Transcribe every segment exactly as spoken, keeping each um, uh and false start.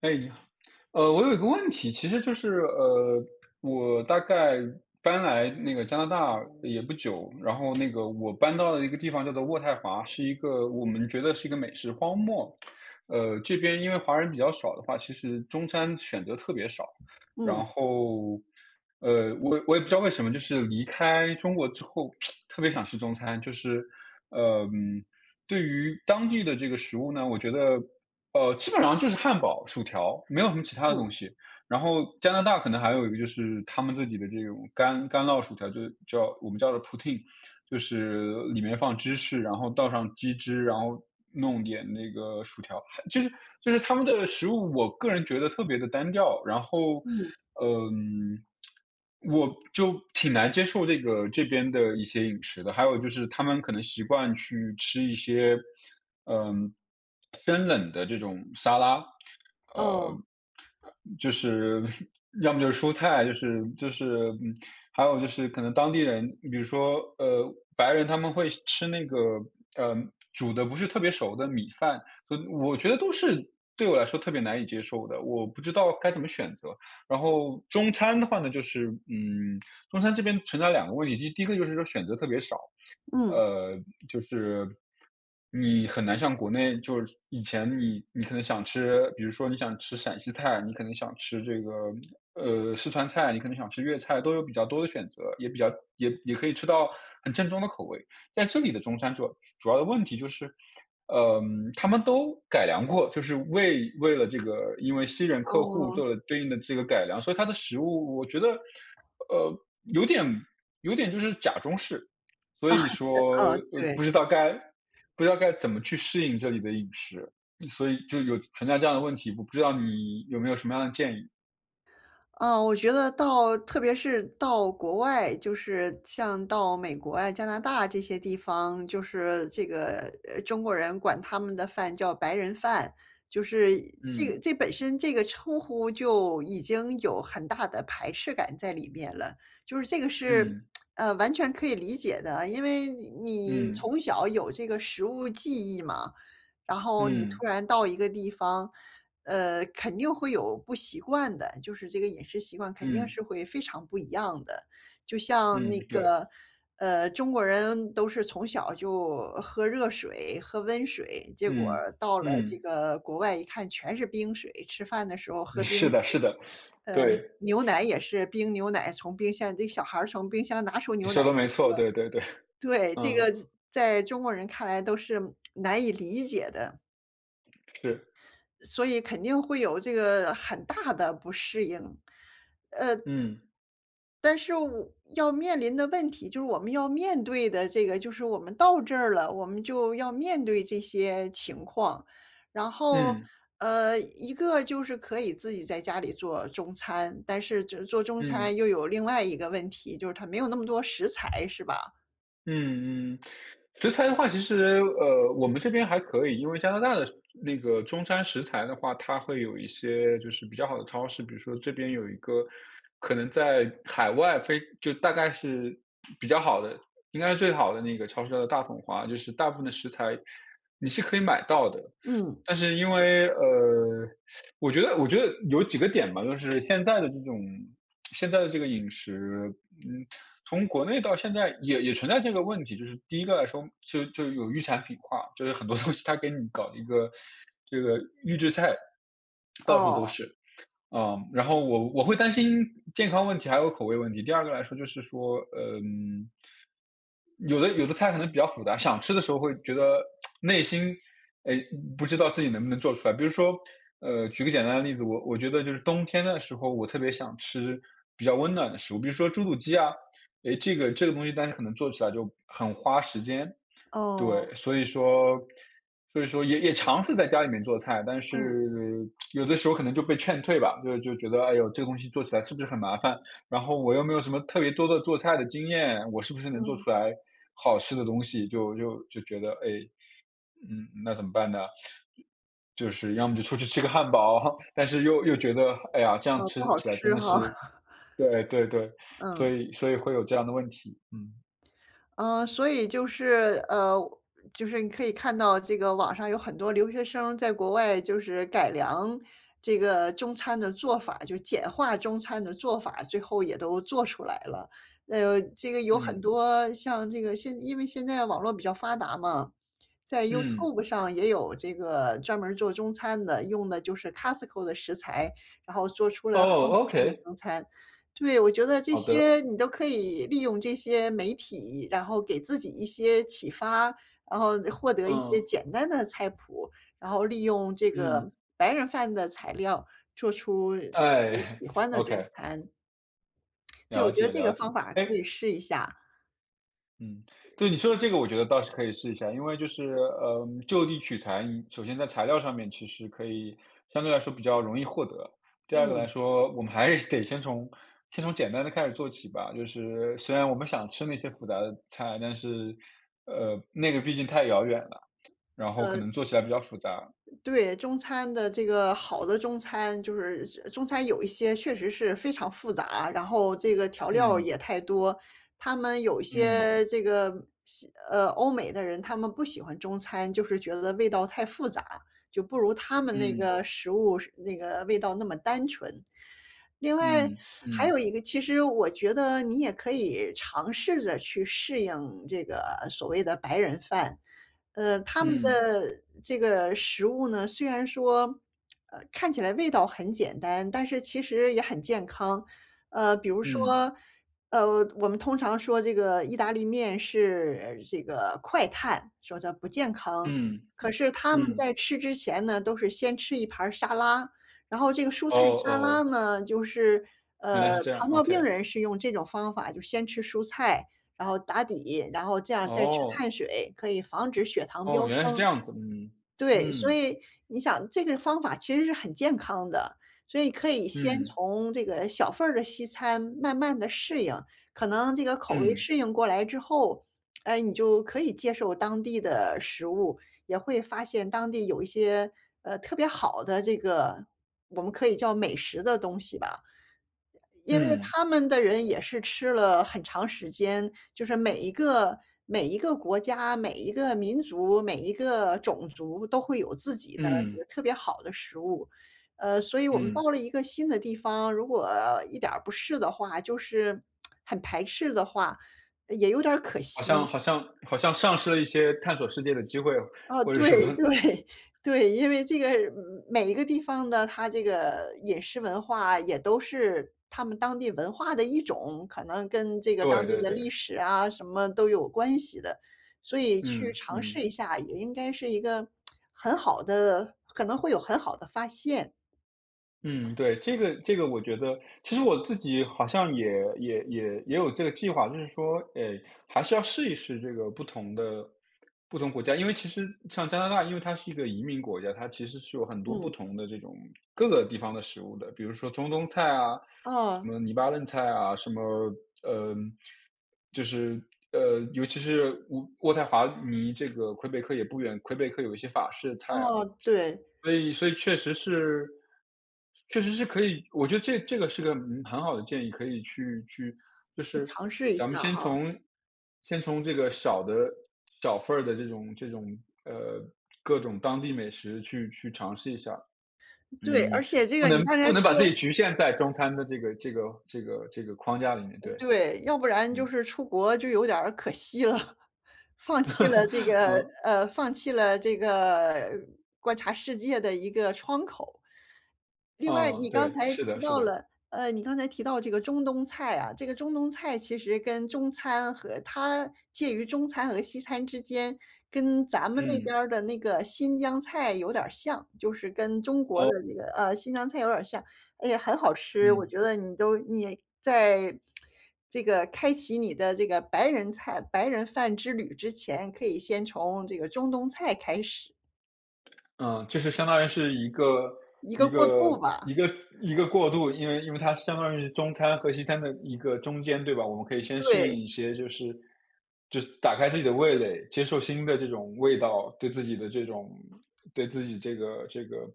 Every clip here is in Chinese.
哎，你好。呃，我有一个问题，其实就是呃，我大概搬来那个加拿大也不久，然后那个我搬到了一个地方叫做渥太华，是一个我们觉得是一个美食荒漠。呃，这边因为华人比较少的话，其实中餐选择特别少。然嗯后，呃，我我也不知道为什么，就是离开中国之后，特别想吃中餐，就是，呃，嗯对于当地的这个食物呢，我觉得呃，基本上就是汉堡、薯条，没有什么其他的嗯东西。然后加拿大可能还有一个就是他们自己的这种干干酪薯条，就是叫我们叫做 poutine，就是里面放芝士，然后倒上鸡汁，然后弄点那个薯条，就是就是他们的食物，我个人觉得特别的单调。然后，嗯，嗯，我就挺难接受这个这边的一些饮食的。还有就是他们可能习惯去吃一些，嗯，生冷的这种沙拉，呃，哦，就是 要么就是蔬菜，就是就是嗯还有就是可能当地人，比如说呃白人他们会吃那个呃煮的不是特别熟的米饭，所以我觉得都是对我来说特别难以接受的，我不知道该怎么选择。然后中餐的话呢，就是嗯，中餐这边存在两个问题，第第一个就是说选择特别少，嗯，呃，就是你很难像国内，就是以前你你可能想吃，比如说你想吃陕西菜，你可能想吃这个呃四川菜，你可能想吃粤菜，都有比较多的选择，也比较也也可以吃到很正宗的口味。在这里的中餐主要主要的问题就是，嗯，呃他们都改良过，就是为为了这个，因为西人客户哦，做了对应的这个改良，所以它的食物我觉得，呃，有点有点就是假中式。所哦，以说哦，呃对。不知道该不知道该怎么去适应这里的饮食，所以就有存在这样的问题，我不知道你有没有什么样的建议？嗯我觉得到特别是到国外，就是像到美国啊、加拿大这些地方，就是这个，呃中国人管他们的饭叫白人饭，就是这个嗯这本身这个称呼就已经有很大的排斥感在里面了，就是这个是，嗯呃，完全可以理解的，因为你嗯从小有这个食物记忆嘛，然后你突嗯然到一个地方呃，肯定会有不习惯的，就是这个饮食习惯肯定嗯是会非常不一样的。就像嗯，那对，个，呃，中国人都是从小就喝热水、喝温水，结果嗯到了这嗯。个国外一看全是冰水，吃饭的时候 嗯，喝冰是的，水是的，对，牛奶也是冰牛奶，从冰箱这小孩儿从冰箱拿出你牛奶，说的没错，对对对。对，这嗯，个在中国人看来都是难以理解的，是，所以肯定会有这个很大的不适应。嗯但是我要面临的问题，就是我们要面对的这个，就是我们到这儿了，我们就要面对这些情况。然后，嗯呃，一个就是可以自己在家里做中餐，但是这做中餐嗯又有另外一个问题，就是它没有那么多食材，是吧？嗯嗯，食材的话，其实呃，我们这边还可以，因为加拿大的那个中餐食材的话，它会有一些就是比较好的超市，比如说这边有一个可能在海外非就大概是比较好的，应该是最好的那个超市叫做大统华，就是大部分的食材你是可以买到的。嗯，但是因为呃，我觉得我觉得有几个点吧，就是现在的这种现在的这个饮食，嗯，从国内到现在也也存在这个问题。就是第一个来说，就就有预产品化，就是很多东西它给你搞一个这个预制菜，到处都哦，是。嗯，然后我我会担心健康问题，还有口味问题。第二个来说就是说，嗯，有的有的菜可能比较复杂，想吃的时候会觉得内心，哎，不知道自己能不能做出来。比如说，呃，举个简单的例子，我我觉得就是冬天的时候，我特别想吃比较温暖的食物，比如说猪肚鸡啊，哎，这个这个东西，但是可能做起来就很花时间。哦，对，所以说所以说也也尝试在家里面做菜，但嗯，是有的时候可能就被劝退吧，就就觉得，哎呦，这个东西做起来是不是很麻烦？然后我又没有什么特别多的做菜的经验，我是不是能做嗯，出来好吃的东西？就就就觉得，哎，嗯，那怎么办呢？就是要么就出去吃个汉堡，但是又又觉得，哎呀，这样哦，不吃好起来真吃的哈，是 对对对。所嗯。以所以会有这样的问题。嗯，嗯，所以就是，呃，就是你可以看到这个网上有很多留学生在国外就是改良这个中餐的做法，就简化中餐的做法，最后也都做出来了。呃，这个有很嗯，多像这个现因为现在网络比较发达嘛，在 嗯，YouTube 上也有这个专门儿做中餐的，用的就是 Costco 的食材，然后做出了哦很好吃的，OK,中餐。对，我觉得这好的。些你都可以利用这些媒体，然后给自己一些启发，然后获得一些嗯简单的菜谱，然后利用这个嗯。白人饭的材料做出自 己哎喜欢的中，OK,餐。对，了我觉得解这个了解。方法哎，可以试一下，嗯，对你说的这个我觉得倒是可以试一下，因为就是，呃，就地取材，你首先在材料上面其实可以相对来说比较容易获得。第二个来嗯。说，我们还是得先从先从简单的开始做起吧，就是虽然我们想吃那些复杂的菜，但是，呃，那个毕竟太遥远了，然后可呃，能做起来比较复杂。对，中餐的这个好的中餐，就是中餐有一些确实是非常复杂，然后这个调料嗯，也太多。他们有一嗯，些这个西呃，欧美的人他们不喜欢中餐，就是觉得味道太复杂，就不如他们那嗯，个食物是那个味道那么单纯。另外嗯，还嗯，有一个，其实我觉得你也可以尝试着去适应这个所谓的白人饭。呃，他们嗯，的这个食物呢，虽然说，呃，看起来味道很简单，但是其实也很健康。呃，比如说，嗯，呃，我们通常说这个意大利面是呃这个快碳，说它不健康。嗯，嗯可是他们在嗯，吃之前呢，都是先吃一盘儿沙拉，然后这个蔬哦菜沙拉哦。呢，就是，呃，原来是这样糖尿病，OK。人是用这种方法，就先吃蔬菜，然后打底，然后这样再吃碳哦，水，可以防止血糖哦，飙原来是这升。样子，嗯，对，所嗯，以你想这个方法其实是很健康的，所以可以先嗯，从这个小份儿的西餐慢慢的适应，可能这个口味嗯，适应过来之后，哎，你就可以接受当地的食物，也会发现当地有一些，呃，特别好的这个我们可以叫美食的东西吧。因为嗯，他们的人也是吃了很长时间，就是每一个每一个国家、每一个民族、每一个种族都会有自己的这嗯，个特别好的食物，呃，所以我们嗯。到了一个新的地方，如果一点儿不试的话，就是很排斥的话，也有点儿可好惜。像好像好像丧失了一些探索世界的机会，哦，或者对说 对对，因为这个，嗯每一个地方的它这个饮食文化也都是他们当地文化的一种，可能跟这个对当地对的历对，史啊什么都有关系的，所以去嗯，尝试嗯。一下也应该是一个很好的可能会有很好的发现。嗯，对，这个这个我觉得，其实我自己好像也也也也有这个计划，就是说，诶，还是要试一试这个不同的不同国家。因为其实像加拿大，因为它是一个移民国家，它其实是有很多不嗯，同的这种各个地方的食物的，比如说中东菜啊，什哦，么黎巴嫩菜啊，什么呃，就是呃，尤其是渥渥太华离这个魁北克也不远，魁北克有一些法式菜啊。哦，对，所以所以确实是确实是可以，我觉得这这个是个，嗯，很好的建议，可以去去就就是尝试一咱们下先哈。从先从这个小的小份儿的这种这种，呃，各种当地美食去去尝试一下。对，嗯，而且这不个你能刚才不能把自说己局限在中餐的这个这个这个这个框架里面，对。对，要不然就嗯，是出国就有点儿可惜了，放弃了这个嗯，呃，放弃了这个观察世界的一个窗口。另外，嗯，你刚对，才是提的是到的。了，呃，你刚才提到这个中东菜啊，这个中东菜其实跟中餐和它介于中餐和西餐之间，跟咱们那边嗯，儿的那个新疆菜有点儿像，就是跟中国的哦，这个呃新疆菜有点儿像，哎呀，很好吃。我嗯。觉得你都你在这个开启你的这个白人菜白人饭之旅之前，可以先从这个中东菜开始，嗯，就是相当于是一个一个一过个渡一吧。个一个过渡，因为因为它相当于是中餐和西餐的一个中间，对吧？我们可以先适对。应一些，就是就是打开自己的味蕾，接受新的这种味道，对自己的这种对自己这个这个，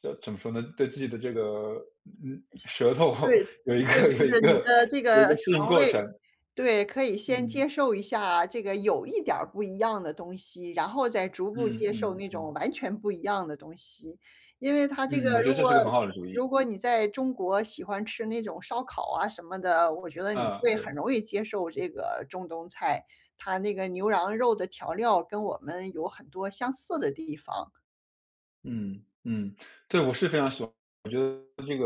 这怎么说呢？对自己的这个嗯舌头 对，有一个对，就有一是你个的这有一个个适应肠过胃程。对，可以先嗯接受一下这个有一点儿不一样的东西，然后再逐步嗯接受嗯那种嗯完全不一样的东西。因为它这个嗯，我觉得如这果是个很好的主意。如果你在中国喜欢吃那种烧烤啊什么的，我觉得你啊，会很对，容易接受这个中东菜，它那个牛羊肉的调料跟我们有很多相似的地方。嗯嗯。对，我是非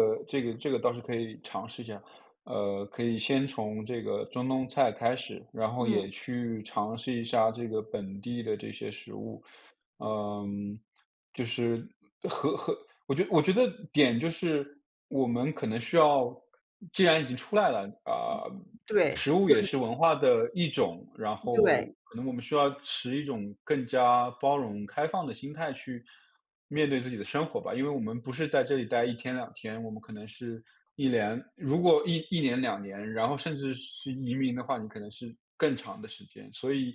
个这个这个倒是可以尝试一下，呃，可以先从这个中东菜开始，然后也嗯，去尝试一下这个本地的这些食物。嗯，就是和和我觉我觉得点就是我们可能需要，既然已经出来了，啊、对，食物也是文化的一种，然后对，可能我们需要持一种更加包容、开放的心态去面对自己的生活吧。因为我们不是在这里待一天两天，我们可能是一年，如果一一年两年，然后甚至是移民的话，你可能是更长的时间。所以，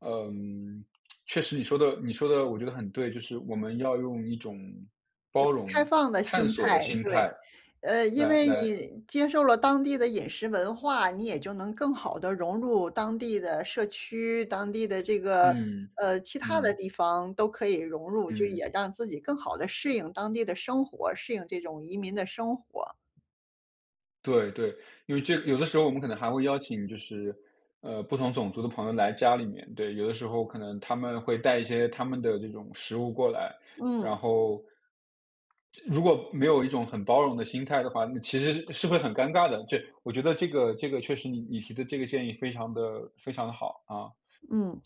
嗯，确实，你说的你说的我觉得很对，就是我们要用一种包容、开放的探心索的态，心对。态呃，因来为来你接受了当地的饮食文化，你也就能更好的融入当地的社区，当地的这个嗯，呃，其他的嗯，地方都可以融入，就嗯，也让自己更好的适应当地的生活，适应这种移民的生活。对对。因为这有的时候我们可能还会邀请就是，呃，不同种族的朋友来家里面，对，有的时候可能他们会带一些他们的这种食物过来，然嗯，后如果没有一种很包容的心态的话，那其实是会很尴尬的。这我觉得这个这个确实你你提的这个建议非常的非常的好，啊。嗯，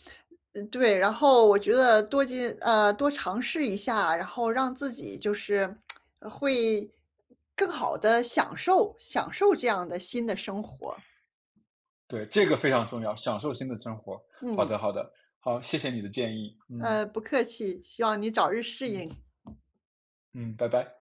呃对，然后我觉得多进呃，多尝试一下，然后让自己就是呃会更好的享受享受这样的新的生活，对，这个非常重要，享受新的生活。好嗯。的，好的，好，谢谢你的建议。嗯，呃，不客气，希望你早日适嗯，应。嗯，拜拜。